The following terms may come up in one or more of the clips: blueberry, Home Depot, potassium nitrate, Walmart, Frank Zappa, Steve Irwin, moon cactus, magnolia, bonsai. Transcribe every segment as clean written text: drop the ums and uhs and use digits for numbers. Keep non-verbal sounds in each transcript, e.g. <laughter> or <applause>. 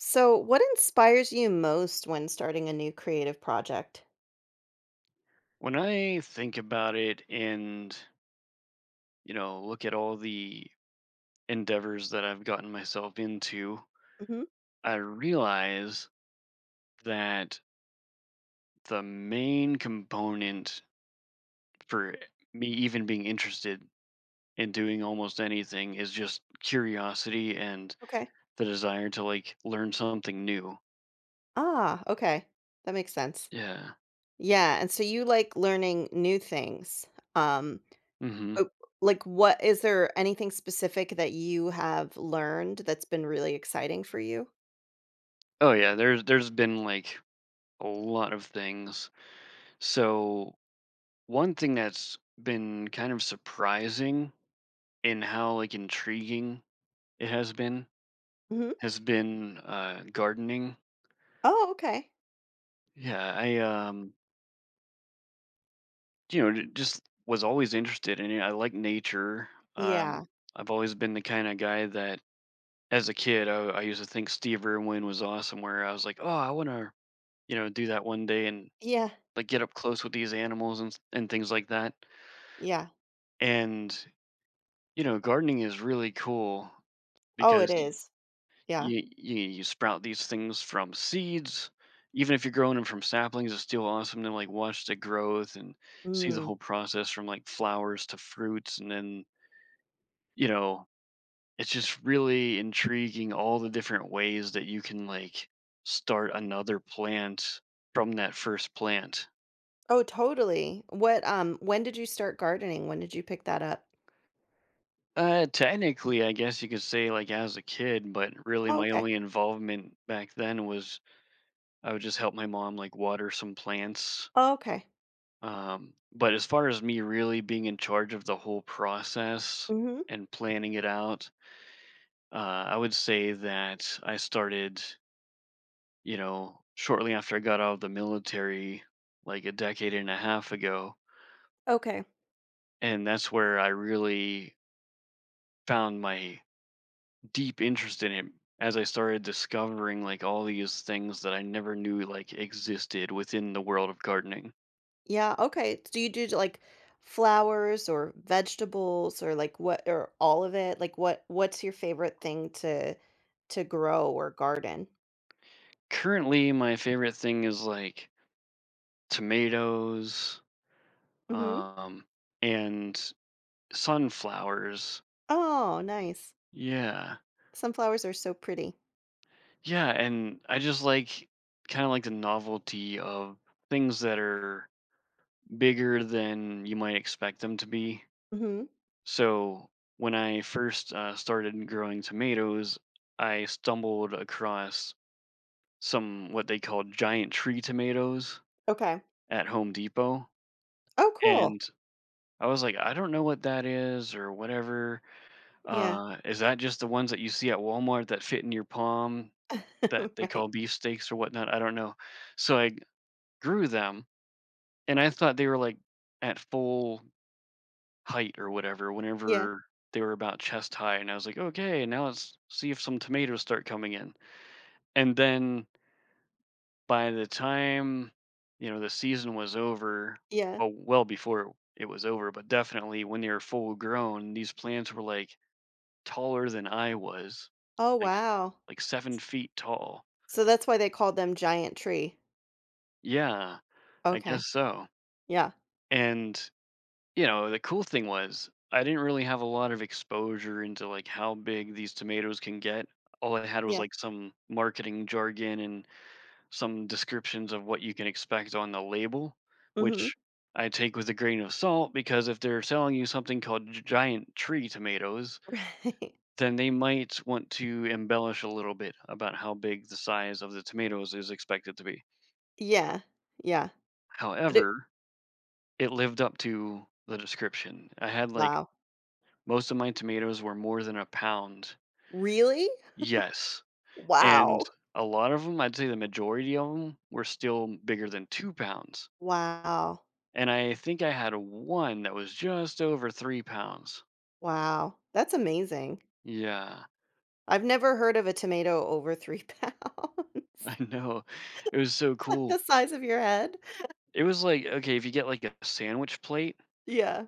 So, what inspires you most when starting a new creative project? When I think about it and, you know, look at all the endeavors that I've gotten myself into, hmm I realize that the main component for me even being interested in doing almost anything is just curiosity and Okay. the desire to like learn something new. Ah, okay. That makes sense. Yeah. Yeah, and so you like learning new things. Um Mhm. uh, like what is there anything specific that you have learned that's been really exciting for you? Oh yeah, there's been like a lot of things. So, one thing that's been kind of surprising and how, like, intriguing it hmm has been, gardening. Oh, okay. Yeah, I, you know, j just was always interested in it. I like nature. Um, Yeah. I've always been the kinda guy that as a kid, I used to think Steve Irwin was awesome where I was like, "Oh, I wanna, you know, do that one day and, Yeah. like, get up close with these animals and s and things like that." Yeah. And, you know, gardening is really cool Oh, it because is. Yeah. you, you sprout these things from seeds. Even if you're growing them from saplings, it's still awesome to like watch the growth and see the Mm. whole process from like flowers to fruits, and then, you know, it's just really intriguing all the different ways that you can like start another plant from that first plant. Oh, totally. What when did you start gardening? When did you pick that up? Technically, I guess you could say like as a kid, but really Oh, my okay. only involvement back then was I would just help my mom like water some plants. Oh, okay. But as far as me really being in charge of the whole process Mhm. and planning it out, uh, I would say that I started, you know, shortly after I got out of the military, like a decade and a half ago. Okay. And that's where I really found my deep interest in it as I started discovering like all these things that I never knew like existed within the world of gardening. Yeah, okay. Do you do, like, flowers or vegetables or, like, what or all of it? Like, what's your favorite thing to grow or garden? Currently, my favorite thing is like tomatoes, Mhm. um, and sunflowers. Oh, nice. Yeah. Sunflowers are so pretty. Yeah, and I just like kind of like the novelty of things that are bigger than you might expect them to be. Mhm. So when I first started growing tomatoes, I stumbled across some what they call giant tree tomatoes Okay. at Home Depot. Oh, cool. And I was like, I don't know what that is or whatever. Yeah. Is that just the ones that you see at Walmart that fit in your palm that <laughs> they Right. call beefsteaks or whatnot? I don't know. So I grew them, and I thought they were like at full height or whatever. Yeah, Whenever they were about chest high, and I was like, okay, now let's see if some tomatoes start coming in. And then by the time, you know, the season was over, yeah. well, well before it was over, but definitely when they were full grown, these plants were like taller than I was Oh, like. wow. Like 7 feet tall. So that's why they called them giant tree. Yeah, I Okay. guess so. Yeah. And, you know, the cool thing was I didn't really have a lot of exposure into, like, how big these tomatoes can get. All I had was, Yeah. like, some marketing jargon and some descriptions of what you can expect on the label, Mhm. which I take with a grain of salt because if they're selling you something called gi giant tree tomatoes, <laughs> Right. then they might want to embellish a little bit about how big the size of the tomatoes is expected to be. Yeah. Yeah. But it However, it lived up to the description. I had, like, wow. most of my tomatoes were more than a pound. Really? Yes, and Wow. a lot of them, I'd say the majority of them, were still bigger than 2 pounds, Wow. and I think I had one that was just over 3 pounds. Wow. That's amazing. Yeah. I've never heard of a tomato over 3 pounds. <laughs> <laughs> I know. It was so The cool. size of your head. It was like, okay, if you get, like, a sandwich plate, Yeah.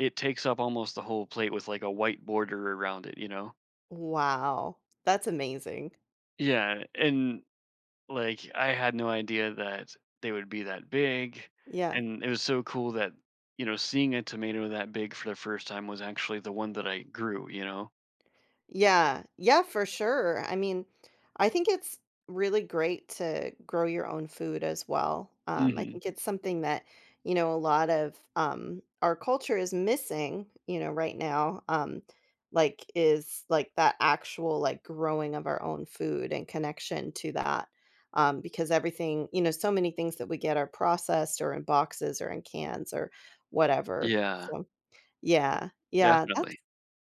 it takes up almost the whole plate with, like, a white border around it, you know? Wow. That's amazing. Yeah, and like, I had no idea that they would be that big, Yeah. and it was so cool that, you know, seeing a tomato that big for the first time was actually the one that I grew, you know? Yeah. Yeah, for sure. I mean, I think it's really great to grow your own food as well. I Mhm. think it's something that, a lot of our culture is missing, right now. Like is like that actual like growing of our own food and connection to that. Because everything, so many things that we get are processed or in boxes or in cans or whatever. Yeah, So yeah, that's definitely.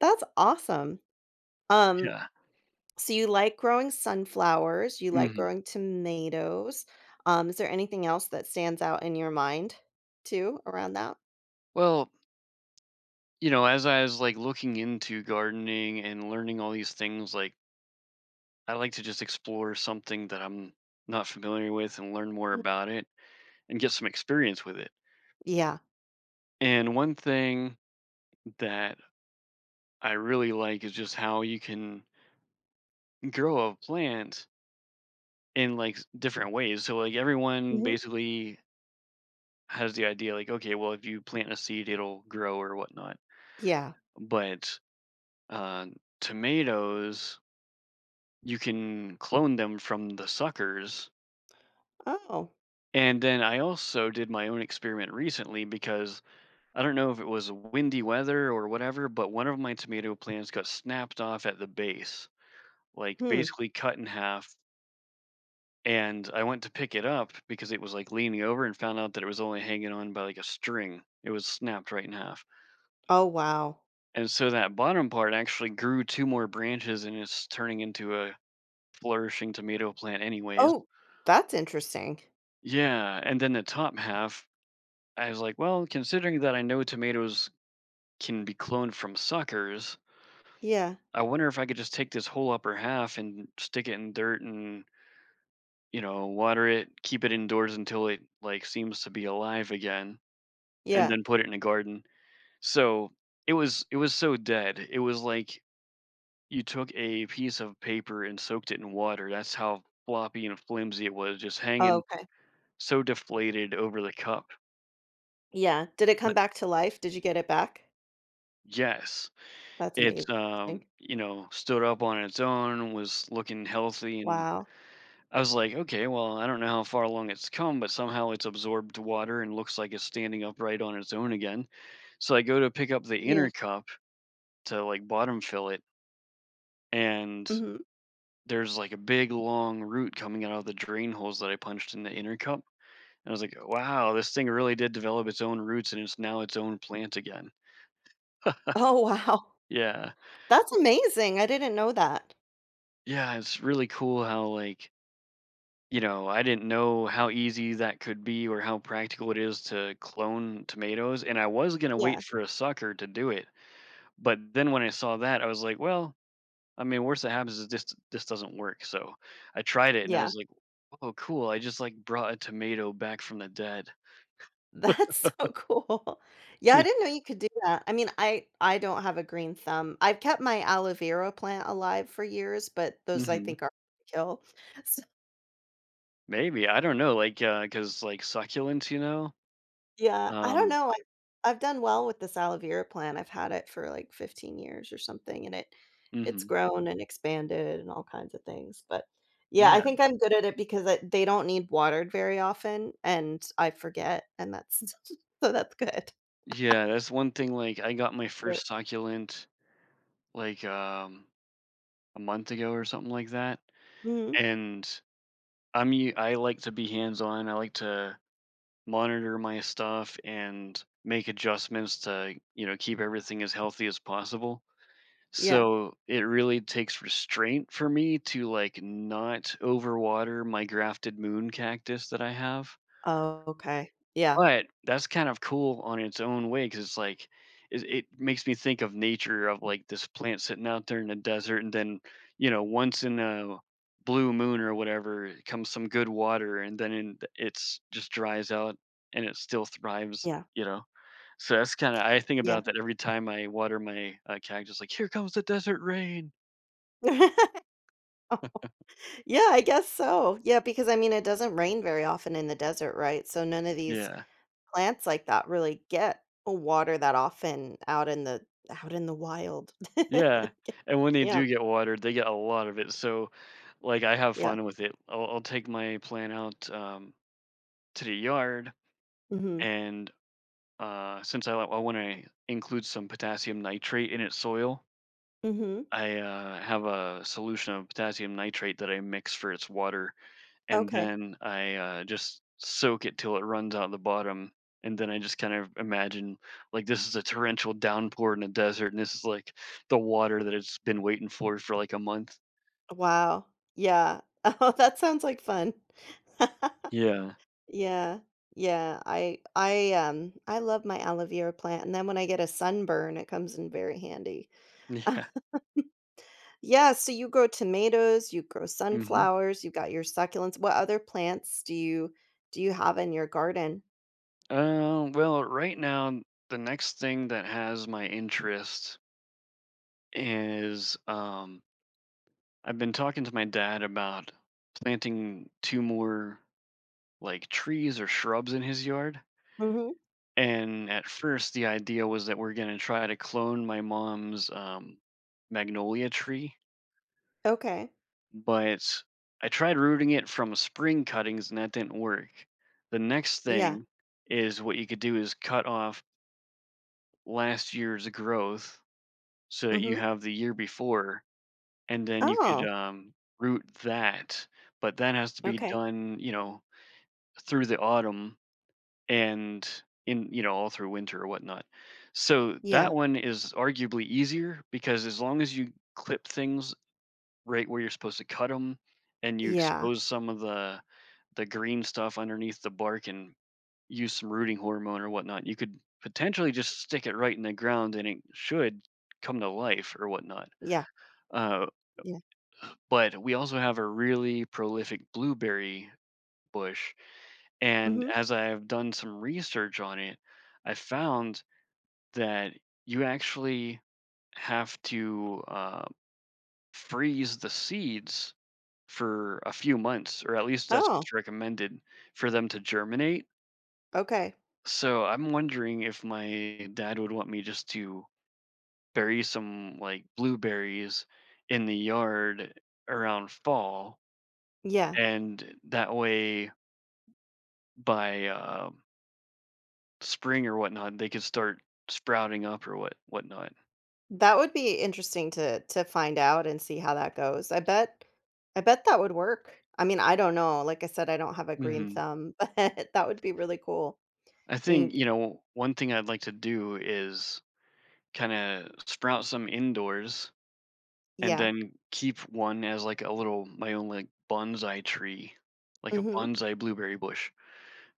awesome. Um, Yeah. so you like growing sunflowers, you like Mhm. growing tomatoes. Is there anything else that stands out in your mind too around that? Well, you know, as I was, like, looking into gardening and learning all these things, like, I like to just explore something that I'm not familiar with and learn more Mhm. about it and get some experience with it. Yeah. And one thing that I really like is just how you can grow a plant in like different ways. So like everyone Mhm. basically has the idea like, okay, well if you plant a seed, it'll grow or whatnot. Yeah. But uh, tomatoes, you can clone them from the suckers. Oh. And then I also did my own experiment recently because I don't know if it was windy weather or whatever, but one of my tomato plants got snapped off at the base, like Hmm. basically cut in half. And I went to pick it up because it was like leaning over and found out that it was only hanging on by like a string. It was snapped right in half. Oh, wow. And so that bottom part actually grew two more branches and it's turning into a flourishing tomato plant, anyways. Oh, that's interesting. Yeah. And then the top half, I was like, well, considering that I know tomatoes can be cloned from suckers, Yeah. I wonder if I could just take this whole upper half and stick it in dirt and, you know, water it, keep it indoors until it like seems to be alive again, and Yeah. then put it in a garden. So, it was so dead. It was like you took a piece of paper and soaked it in water. That's how floppy and flimsy it was, just Oh, hanging okay. so deflated over the cup. Yeah. Did it come But back to life? Did you get it back? yes, That's it's, amazing. You know, stood up on its own, was looking healthy, and Wow. I was like, "Okay, well, I don't know how far along it's come, but somehow it's absorbed water and looks like it's standing upright on its own again." So I go to pick up the Yeah. inner cup to, like, bottom fill it, and Mhm. there's, like, a big long root coming out of the drain holes that I punched in the inner cup, and I was like, "Wow, this thing really did develop its own roots and it's now its own plant again." Oh, wow. Yeah. <laughs> That's amazing. I didn't know that. Yeah, it's really cool how, like, you know, I didn't know how easy that could be or how practical it is to clone tomatoes, and I was gonna Yeah. wait for a sucker to do it, but then when I saw that, I was like, "Well, I mean, worst that happens is this doesn't work." So, I tried it and I Yeah. was like, "Oh, cool, I just, like, brought a tomato back from the dead." <laughs> That's so cool. <laughs> Yeah, I didn't know <laughs> you could do that. I mean, I don't have a green thumb. I've kept my aloe vera plant alive for years, but those I Mhm. think are hard to kill. <laughs> So, Maybe, I don't know, like, cause like, succulents, you know? yeah, I don't Um. know. I've done well with this aloe vera plant. I've had it for like 15 years or something, and it's Mhm. grown and expanded and all kinds of things. But yeah, I Yeah. think I'm good at it because they don't need watered very often, and I forget, and that's <laughs> so that's good. Yeah, that's one thing, like, I got my Right. first succulent, like, a month ago or something like that, Mhm. and I like to be hands-on, I like to monitor my stuff and make adjustments to, you know, keep everything as healthy as possible. Yeah. So, it really takes restraint for me to, like, not overwater my grafted moon cactus that I have. Oh, okay. Yeah. But that's kind of cool on its own way, cause it's like it makes me think of nature of, like, this plant sitting out there in the desert, and then, you know, once in a blue moon or whatever, it comes some good water, and then in it's just dries out, and it still thrives, Yeah, you know? So that's kinda I think yeah. about that every time I water my, cactus, like, "Here comes the desert rain." <laughs> Yeah, I guess so. Yeah, because, I mean, it doesn't rain very often in the desert, right? So none of these Yeah. plants like that really get water that often out in the wild. Yeah. <laughs> And when they Yeah, do get watered, they get a lot of it, so, like, I have yeah. fun with it. I'll take my plant out, to the yard. Mhm, And since I want to include some potassium nitrate in its soil, mhm. I have a solution of potassium nitrate that I mix for its water, and Okay. then I just soak it till it runs out the bottom. And then I just kind of imagine like this is a torrential downpour in the desert, and this is like the water that it's been waiting for like a month. Wow. Yeah. <laughs> Oh, that sounds like fun. <laughs> Yeah. Yeah, yeah. I I love my aloe vera plant, and then when I get a sunburn, it comes in very handy. <laughs> Yeah. <laughs> Yeah, so you grow tomatoes, you grow hmm sunflowers, you got your succulents. What other plants do you have in your garden? Well, right now, the next thing that has my interest is I've been talking to my dad about planting two more like trees or shrubs in his yard. Mhm. And at first the idea was that we're going to try to clone my mom's magnolia tree, Okay. but I tried rooting it from spring cuttings and that didn't work. The next Yeah. thing is what you could do is cut off last year's growth so that you Mhm. have the year before. And then you could, Oh, root that, but that has to be okay. done, you know, through the autumn and in, you know, all through winter or whatnot. So that Yeah. one is arguably easier because as long as you clip things right where you're supposed to cut them, and you Yeah. expose some of the green stuff underneath the bark and use some rooting hormone or whatnot, you could potentially just stick it right in the ground and it should come to life or whatnot. Yeah. Uh Yeah. But we also have a really prolific blueberry bush, and Mhm. as I have done some research on it, I found that you actually have to freeze the seeds for a few months, or at least that's Oh, what's recommended for them to germinate. okay. So I'm wondering if my dad would want me just to bury some like blueberries in the yard around fall, Yeah. and that way by spring or whatnot, they could start sprouting up or whatnot. That would be interesting to find out and see how that goes. I bet that would work. I mean, I don't know. Like I said, I don't have a green hmm thumb, <laughs> but that would be really cool. I And think, you- you know, one thing I'd like to do is kind of sprout some indoors and Yeah. then keep one as like a little my own like bonsai tree, like a Mhm. bonsai blueberry bush,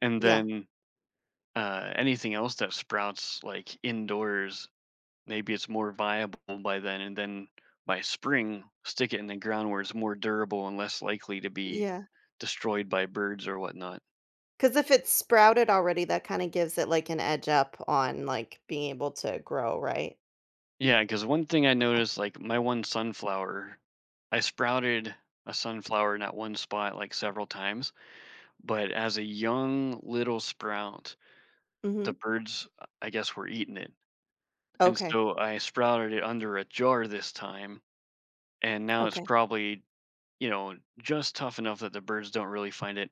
and Yeah. then anything else that sprouts like indoors, maybe it's more viable by then, and then by spring, stick it in the ground where it's more durable and less likely to be Yeah. destroyed by birds or whatnot. 'Cause if it's sprouted already, that kinda gives it, like, an edge up on, like, being able to grow, right? Yeah, because one thing I Okay. noticed, like my one sunflower, I sprouted a sunflower in that one spot like several times, but as a young little sprout, Mhm. the birds, I guess, were eating it. And Okay. so I sprouted it under a jar this time, and now it's Okay. probably, you know, just tough enough that the birds don't really find it.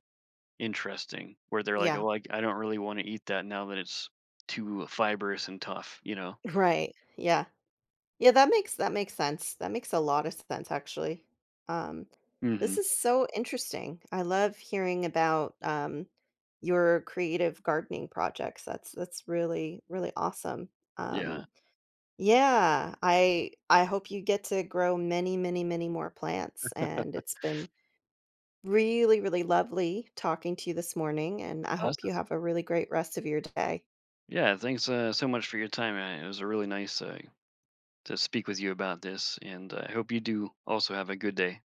Interesting, where they're like, Yeah. "Oh, I don't really wanna eat that now that it's too fibrous and tough," you know? <laughs> Right. Yeah, Yeah, that makes sense. That makes a lot of sense, actually. Um, this Mhm. is so interesting. I love hearing about, your creative gardening projects. That's really, really awesome. Um, Yeah. yeah, I hope you get to grow many, many, many more plants, and it's been really, really lovely talking to you this morning, and I hope you Awesome. have a really great rest of your day. Yeah, thanks, so much for your time, man. It was a really nice, to speak with you about this, and I hope you do also have a good day.